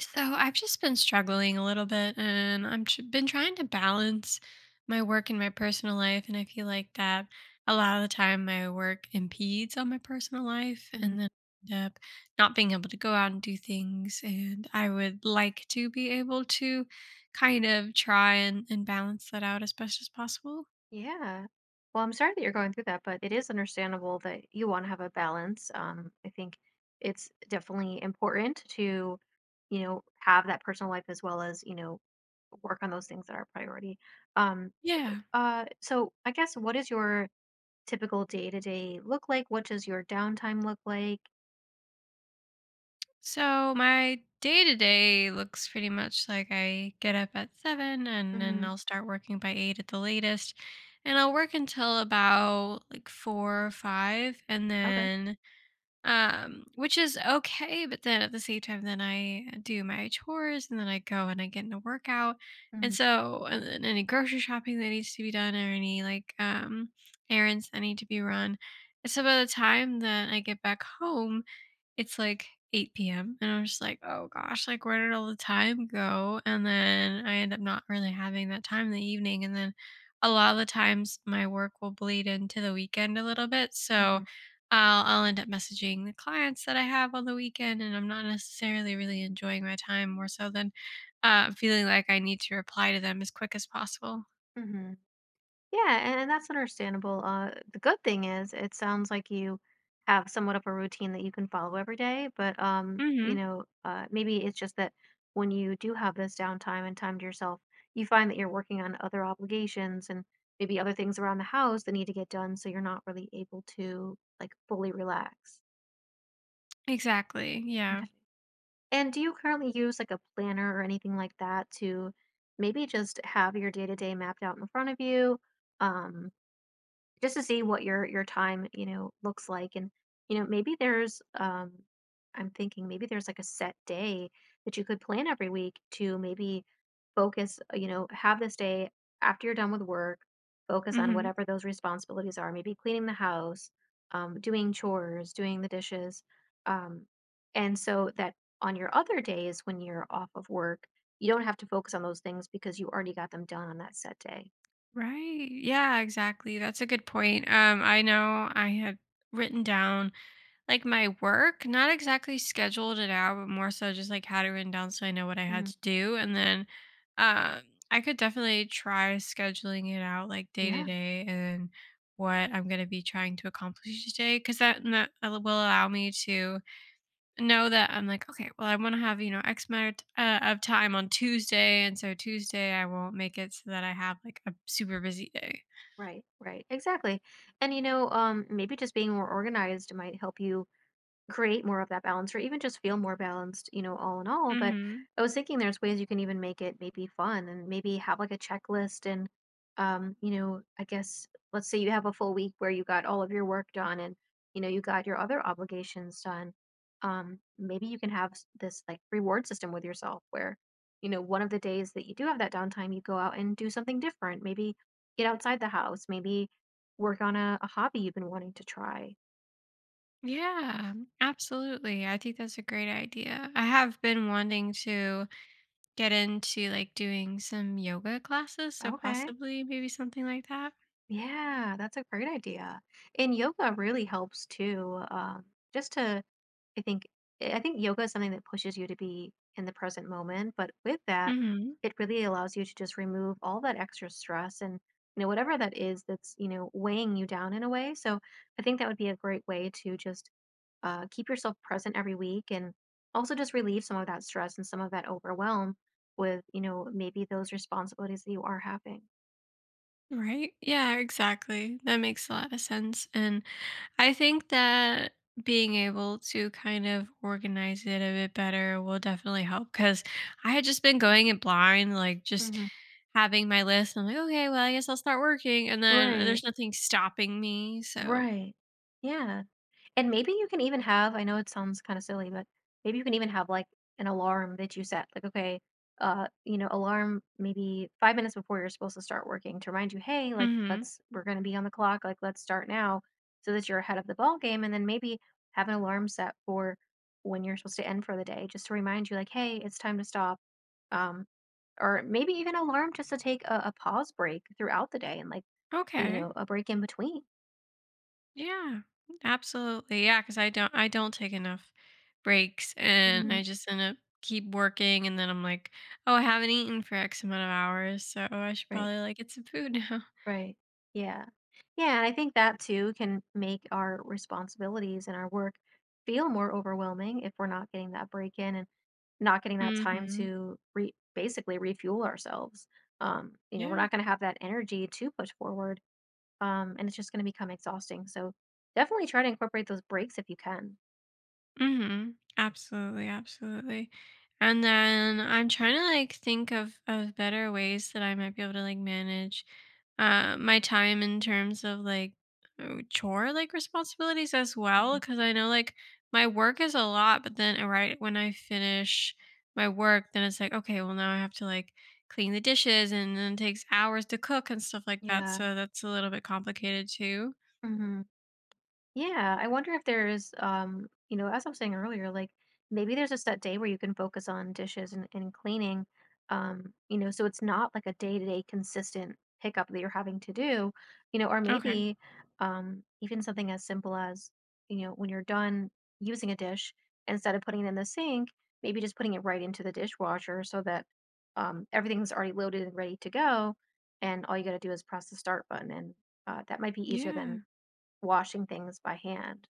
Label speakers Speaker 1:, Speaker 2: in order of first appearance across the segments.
Speaker 1: So I've just been struggling a little bit, and been trying to balance my work and my personal life, and I feel like that a lot of the time my work impedes on my personal life,
Speaker 2: Mhm.
Speaker 1: and then I end up not being able to go out and do things. And I would like to be able to kind of try and balance that out as best as possible.
Speaker 2: Yeah. Well, I'm sorry that you're going through that, but it is understandable that you want to have a balance. I think it's definitely important to, you know, have that personal life as well as, you know, work on those things that are a priority. Um,
Speaker 1: Yeah.
Speaker 2: so I guess what does your typical day to day look like? What does your downtime look like?
Speaker 1: So my day to day looks pretty much like I get up at seven, and then
Speaker 2: Mm-hmm.
Speaker 1: I'll start working by eight at the latest. And I'll work until about like four or five, and
Speaker 2: Okay.
Speaker 1: then which is okay. But then at the same time, then I do my chores, and then I go and I get in a workout. And
Speaker 2: Mm-hmm.
Speaker 1: so and then any grocery shopping that needs to be done, or any like errands that need to be run. And so by the time that I get back home, it's like 8 PM, and I'm just like, "Oh gosh, like, where did all the time go?" And then I end up not really having that time in the evening. And then a lot of the times, my work will bleed into the weekend a little bit, so
Speaker 2: Mm-hmm.
Speaker 1: I'll end up messaging the clients that I have on the weekend, and I'm not necessarily really enjoying my time more so than, feeling like I need to reply to them as quick as possible.
Speaker 2: Mm-hmm. Yeah, and that's understandable. The good thing is, it sounds like you have somewhat of a routine that you can follow every day. But you
Speaker 1: Mhm.
Speaker 2: know, maybe it's just that when you do have this downtime and time to yourself, you find that you're working on other obligations and maybe other things around the house that need to get done, so you're not really able to like fully relax.
Speaker 1: Exactly, yeah.
Speaker 2: Okay. And do you currently use like a planner or anything like that to maybe just have your day to day mapped out in front of you? Um, just to see what your time, you know, looks like, and you know, maybe there's I'm thinking maybe there's like a set day that you could plan every week to maybe focus, you know, have this day after you're done with work, focus on
Speaker 1: Mhm.
Speaker 2: whatever those responsibilities are, maybe cleaning the house, doing chores, doing the dishes, um, and so that on your other days when you're off of work, you don't have to focus on those things because you already got them done on that set day.
Speaker 1: Right. Yeah, exactly. That's a good point. I know I had written down like my work, not exactly scheduled it out, but more so just like had it written down so I know what I had
Speaker 2: Mhm.
Speaker 1: to do. And then um I could definitely try scheduling it out like day to
Speaker 2: Yeah,
Speaker 1: day and what I'm gonna be trying to accomplish each day, because that will allow me to know that I'm like, okay, well, I want to have, you know, X amount of time on Tuesday. And so Tuesday, I won't make it so that I have like a super busy day.
Speaker 2: right, right. Exactly. And you know, maybe just being more organized might help you create more of that balance or even just feel more balanced, you know, all in all. But
Speaker 1: Mm-hmm.
Speaker 2: I was thinking there's ways you can even make it maybe fun and maybe have like a checklist and you know, I guess let's say you have a full week where you got all of your work done and you know, you got your other obligations done. Maybe you can have this like reward system with yourself where, you know, one of the days that you do have that downtime, you go out and do something different. Maybe get outside the house, maybe work on a hobby you've been wanting to try.
Speaker 1: Yeah, absolutely. I think that's a great idea. I have been wanting to get into like doing some yoga classes. So
Speaker 2: Okay.
Speaker 1: possibly maybe something like that.
Speaker 2: Yeah, that's a great idea. And yoga really helps too. Just to, I think, I think yoga is something that pushes you to be in the present moment. But with that,
Speaker 1: Mm-hmm.
Speaker 2: it really allows you to just remove all that extra stress and, you know, whatever that is that's, you know, weighing you down in a way. So I think that would be a great way to just keep yourself present every week and also just relieve some of that stress and some of that overwhelm with, you know, maybe those responsibilities that you are having.
Speaker 1: Right. Yeah, exactly. That makes a lot of sense. And I think that being able to kind of organize it a bit better will definitely help, because I had just been going it blind, like just
Speaker 2: Hmm
Speaker 1: having my list. I'm like, okay, well, I guess I'll start working. And then
Speaker 2: Right.
Speaker 1: there's nothing stopping me. So,
Speaker 2: Right. Yeah. And maybe you can even have, I know it sounds kind of silly, but maybe you can even have like an alarm that you set. Like, okay, you know, alarm maybe 5 minutes before you're supposed to start working to remind you, hey, like
Speaker 1: hmm
Speaker 2: let's we're gonna be on the clock, like let's start now so that you're ahead of the ball game. And then maybe have an alarm set for when you're supposed to end for the day, just to remind you, like, hey, it's time to stop. Um, or maybe even alarm just to take a pause break throughout the day and like, you
Speaker 1: okay.
Speaker 2: know, a break in between.
Speaker 1: Yeah, absolutely. Yeah, because I don't take enough breaks, and
Speaker 2: Mhm.
Speaker 1: I just end up keep working. And then I'm like, oh, I haven't eaten for X amount of hours. So I should
Speaker 2: Right,
Speaker 1: probably like get some food now.
Speaker 2: right. Yeah. Yeah, and I think that too can make our responsibilities and our work feel more overwhelming if we're not getting that break in and not getting that time
Speaker 1: hmm
Speaker 2: to basically refuel ourselves. You know, we're
Speaker 1: Yeah.
Speaker 2: not going to have that energy to push forward, and it's just going to become exhausting. So definitely try to incorporate those breaks if you can.
Speaker 1: Mm-hmm. Absolutely, absolutely. And then I'm trying to like think of better ways that I might be able to like manage my time in terms of like chore like responsibilities as well,
Speaker 2: Mhm.
Speaker 1: because I know like my work is a lot, but then right when I finish my work, then it's like okay, well now I have to like clean the dishes, and then it takes hours to cook and stuff like that.
Speaker 2: Yeah.
Speaker 1: So that's a little bit complicated too.
Speaker 2: hmm Yeah, I wonder if there's, you know, as I was saying earlier, like maybe there's a set day where you can focus on dishes and cleaning, you know, so it's not like a day-to-day consistent pickup that you're having to do, you know, or
Speaker 1: Okay.
Speaker 2: maybe even something as simple as, you know, when you're done using a dish, instead of putting it in the sink, maybe just putting it right into the dishwasher so that everything's already loaded and ready to go, and all you got to do is press the start button, and that might be easier
Speaker 1: Yeah.
Speaker 2: than washing things by hand.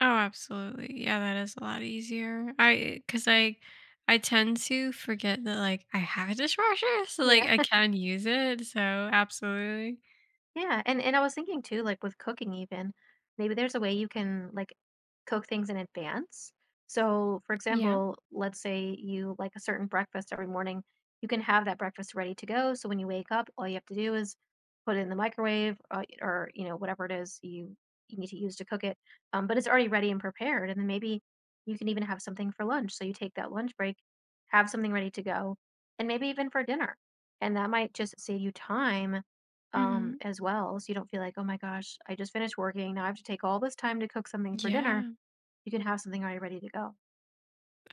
Speaker 1: Oh, absolutely. Yeah, that is a lot easier. I because I tend to forget that like I have a dishwasher, so like
Speaker 2: Yeah,
Speaker 1: I can use it. So absolutely.
Speaker 2: yeah, and I was thinking too, like with cooking even, maybe there's a way you can like cook things in advance. So, for
Speaker 1: Yeah.
Speaker 2: example, let's say you like a certain breakfast every morning, you can have that breakfast ready to go. So when you wake up, all you have to do is put it in the microwave, or you know, whatever it is you need to use to cook it. But it's already ready and prepared, and then maybe you can even have something for lunch. So you take that lunch break, have something ready to go, and maybe even for dinner, and that might just save you time,
Speaker 1: hmm
Speaker 2: as well. So you don't feel like, oh my gosh, I just finished working. Now I have to take all this time to cook something for dinner.
Speaker 1: Yeah.
Speaker 2: You can have something already ready to go.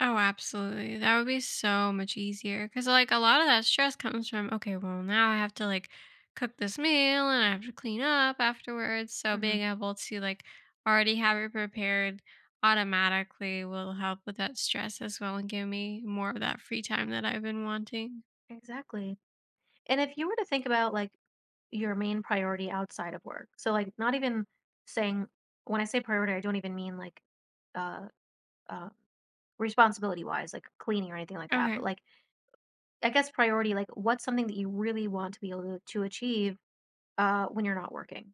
Speaker 1: Oh, absolutely. That would be so much easier because, like, a lot of that stress comes from, okay, well, now I have to, like, cook this meal, and I have to clean up afterwards. So,
Speaker 2: Hmm
Speaker 1: being able to, like, already have it prepared automatically will help with that stress as well, and give me more of that free time that I've been wanting.
Speaker 2: Exactly. And if you were to think about like your main priority outside of work, so like not even saying, when I say priority, I don't even mean like uh, uh, responsibility wise, like cleaning or anything like that. But
Speaker 1: Okay.
Speaker 2: like, I guess priority, like what's something that you really want to be able to achieve when you're not working?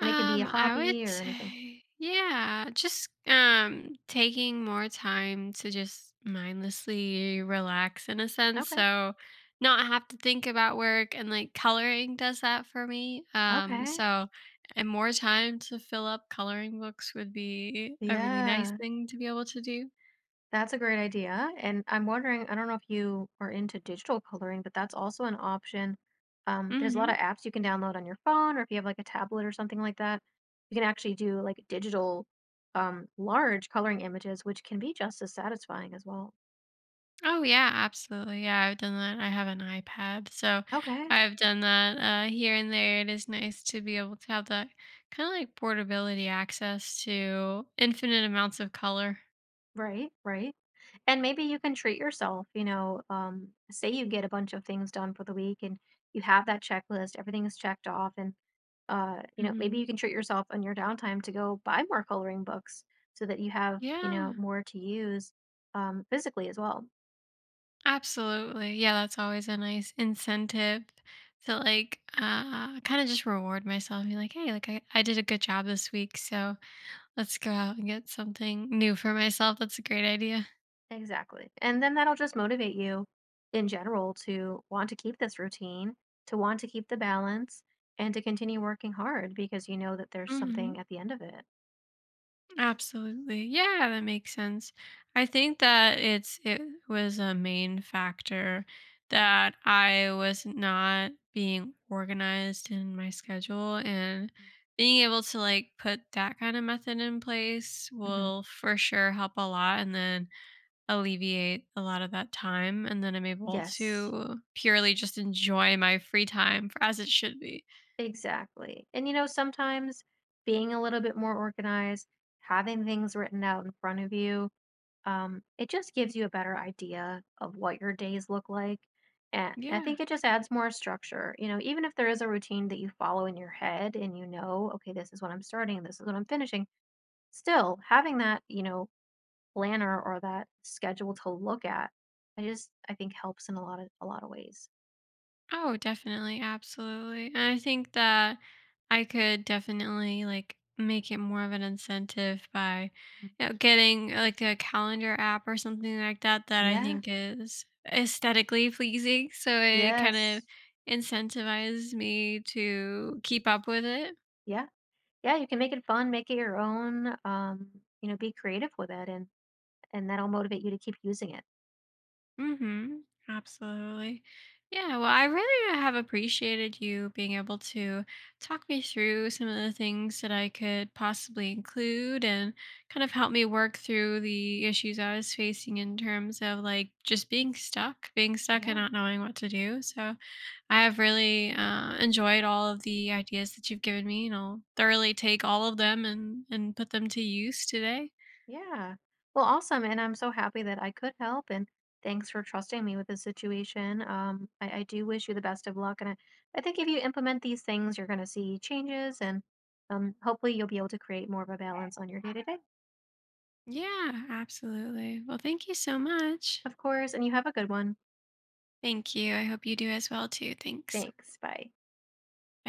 Speaker 2: And it can be a
Speaker 1: I would
Speaker 2: hobby or anything.
Speaker 1: say, yeah, just taking more time to just mindlessly relax in a sense.
Speaker 2: Okay.
Speaker 1: So not have to think about work, and like coloring does that for me.
Speaker 2: Okay.
Speaker 1: So and more time to fill up coloring books would be a really nice
Speaker 2: Yeah,
Speaker 1: thing to be able to do.
Speaker 2: that's a great idea. And I'm wondering, I don't know if you are into digital coloring, but that's also an option. There's a lot
Speaker 1: Mhm.
Speaker 2: of apps you can download on your phone, or if you have like a tablet or something like that, you can actually do like digital, large coloring images, which can be just as satisfying as well.
Speaker 1: Oh yeah, absolutely. Yeah, I've done that. I have an iPad, so
Speaker 2: Okay.
Speaker 1: I've done that here and there. It is nice to be able to have that kind of like portability access to infinite amounts of color.
Speaker 2: Right, right. And maybe you can treat yourself, you know, say you get a bunch of things done for the week and you have that checklist, everything is checked off, and you know, maybe you
Speaker 1: Hmm
Speaker 2: can treat yourself on your downtime to go buy more coloring books so that you have, you know,
Speaker 1: Yeah,
Speaker 2: more to use physically as well.
Speaker 1: absolutely. Yeah, that's always a nice incentive to like kind of just reward myself and be like, hey, like I did a good job this week, so let's go out and get something new for myself. That's a great idea.
Speaker 2: Exactly. And then that'll just motivate you in general to want to keep this routine, to want to keep the balance, and to continue working hard because you know that there's
Speaker 1: Mhm.
Speaker 2: something at the end of it.
Speaker 1: Absolutely. Yeah, that makes sense. I think that it's it was a main factor that I was not being organized in my schedule, and
Speaker 2: Mhm.
Speaker 1: being able to like put that kind of method in place
Speaker 2: hmm
Speaker 1: will for sure help a lot, and then alleviate a lot of that time, and then I'm able
Speaker 2: Yes.
Speaker 1: to purely just enjoy my free time for, as it should be.
Speaker 2: Exactly. And you know, sometimes being a little bit more organized, having things written out in front of you, it just gives you a better idea of what your days look like. And I
Speaker 1: Yeah.
Speaker 2: think it just adds more structure. You know, even if there is a routine that you follow in your head and you know, okay, this is what I'm starting, this is what I'm finishing, still having that, you know, planner or that schedule to look at, I think helps in a lot of ways.
Speaker 1: Oh, definitely. Absolutely. And I think that I could definitely like make it more of an incentive by,
Speaker 2: Mhm.
Speaker 1: you know, getting like a calendar app or something like that that I
Speaker 2: Yeah.
Speaker 1: think is aesthetically pleasing. So it kind of
Speaker 2: Yes.
Speaker 1: incentivizes me to keep up with it.
Speaker 2: Yeah. Yeah, you can make it fun, make it your own, you know, be creative with it, and that'll motivate you to keep using it.
Speaker 1: Mm-hmm. Absolutely. Yeah, well, I really have appreciated you being able to talk me through some of the things that I could possibly include, and kind of help me work through the issues I was facing in terms of like just being stuck and
Speaker 2: Yeah.
Speaker 1: not knowing what to do. So I have really enjoyed all of the ideas that you've given me, and I'll thoroughly take all of them, and put them to use today.
Speaker 2: Yeah. Well, awesome, and I'm so happy that I could help and thanks for trusting me with this situation. I do wish you the best of luck, and I think if you implement these things, you're gonna see changes, and hopefully you'll be able to create more of a balance on your day to day.
Speaker 1: Yeah, absolutely. Well, thank you so much.
Speaker 2: Of course, and you have a good one.
Speaker 1: Thank you. I hope you do as well too. Thanks.
Speaker 2: Thanks. Bye.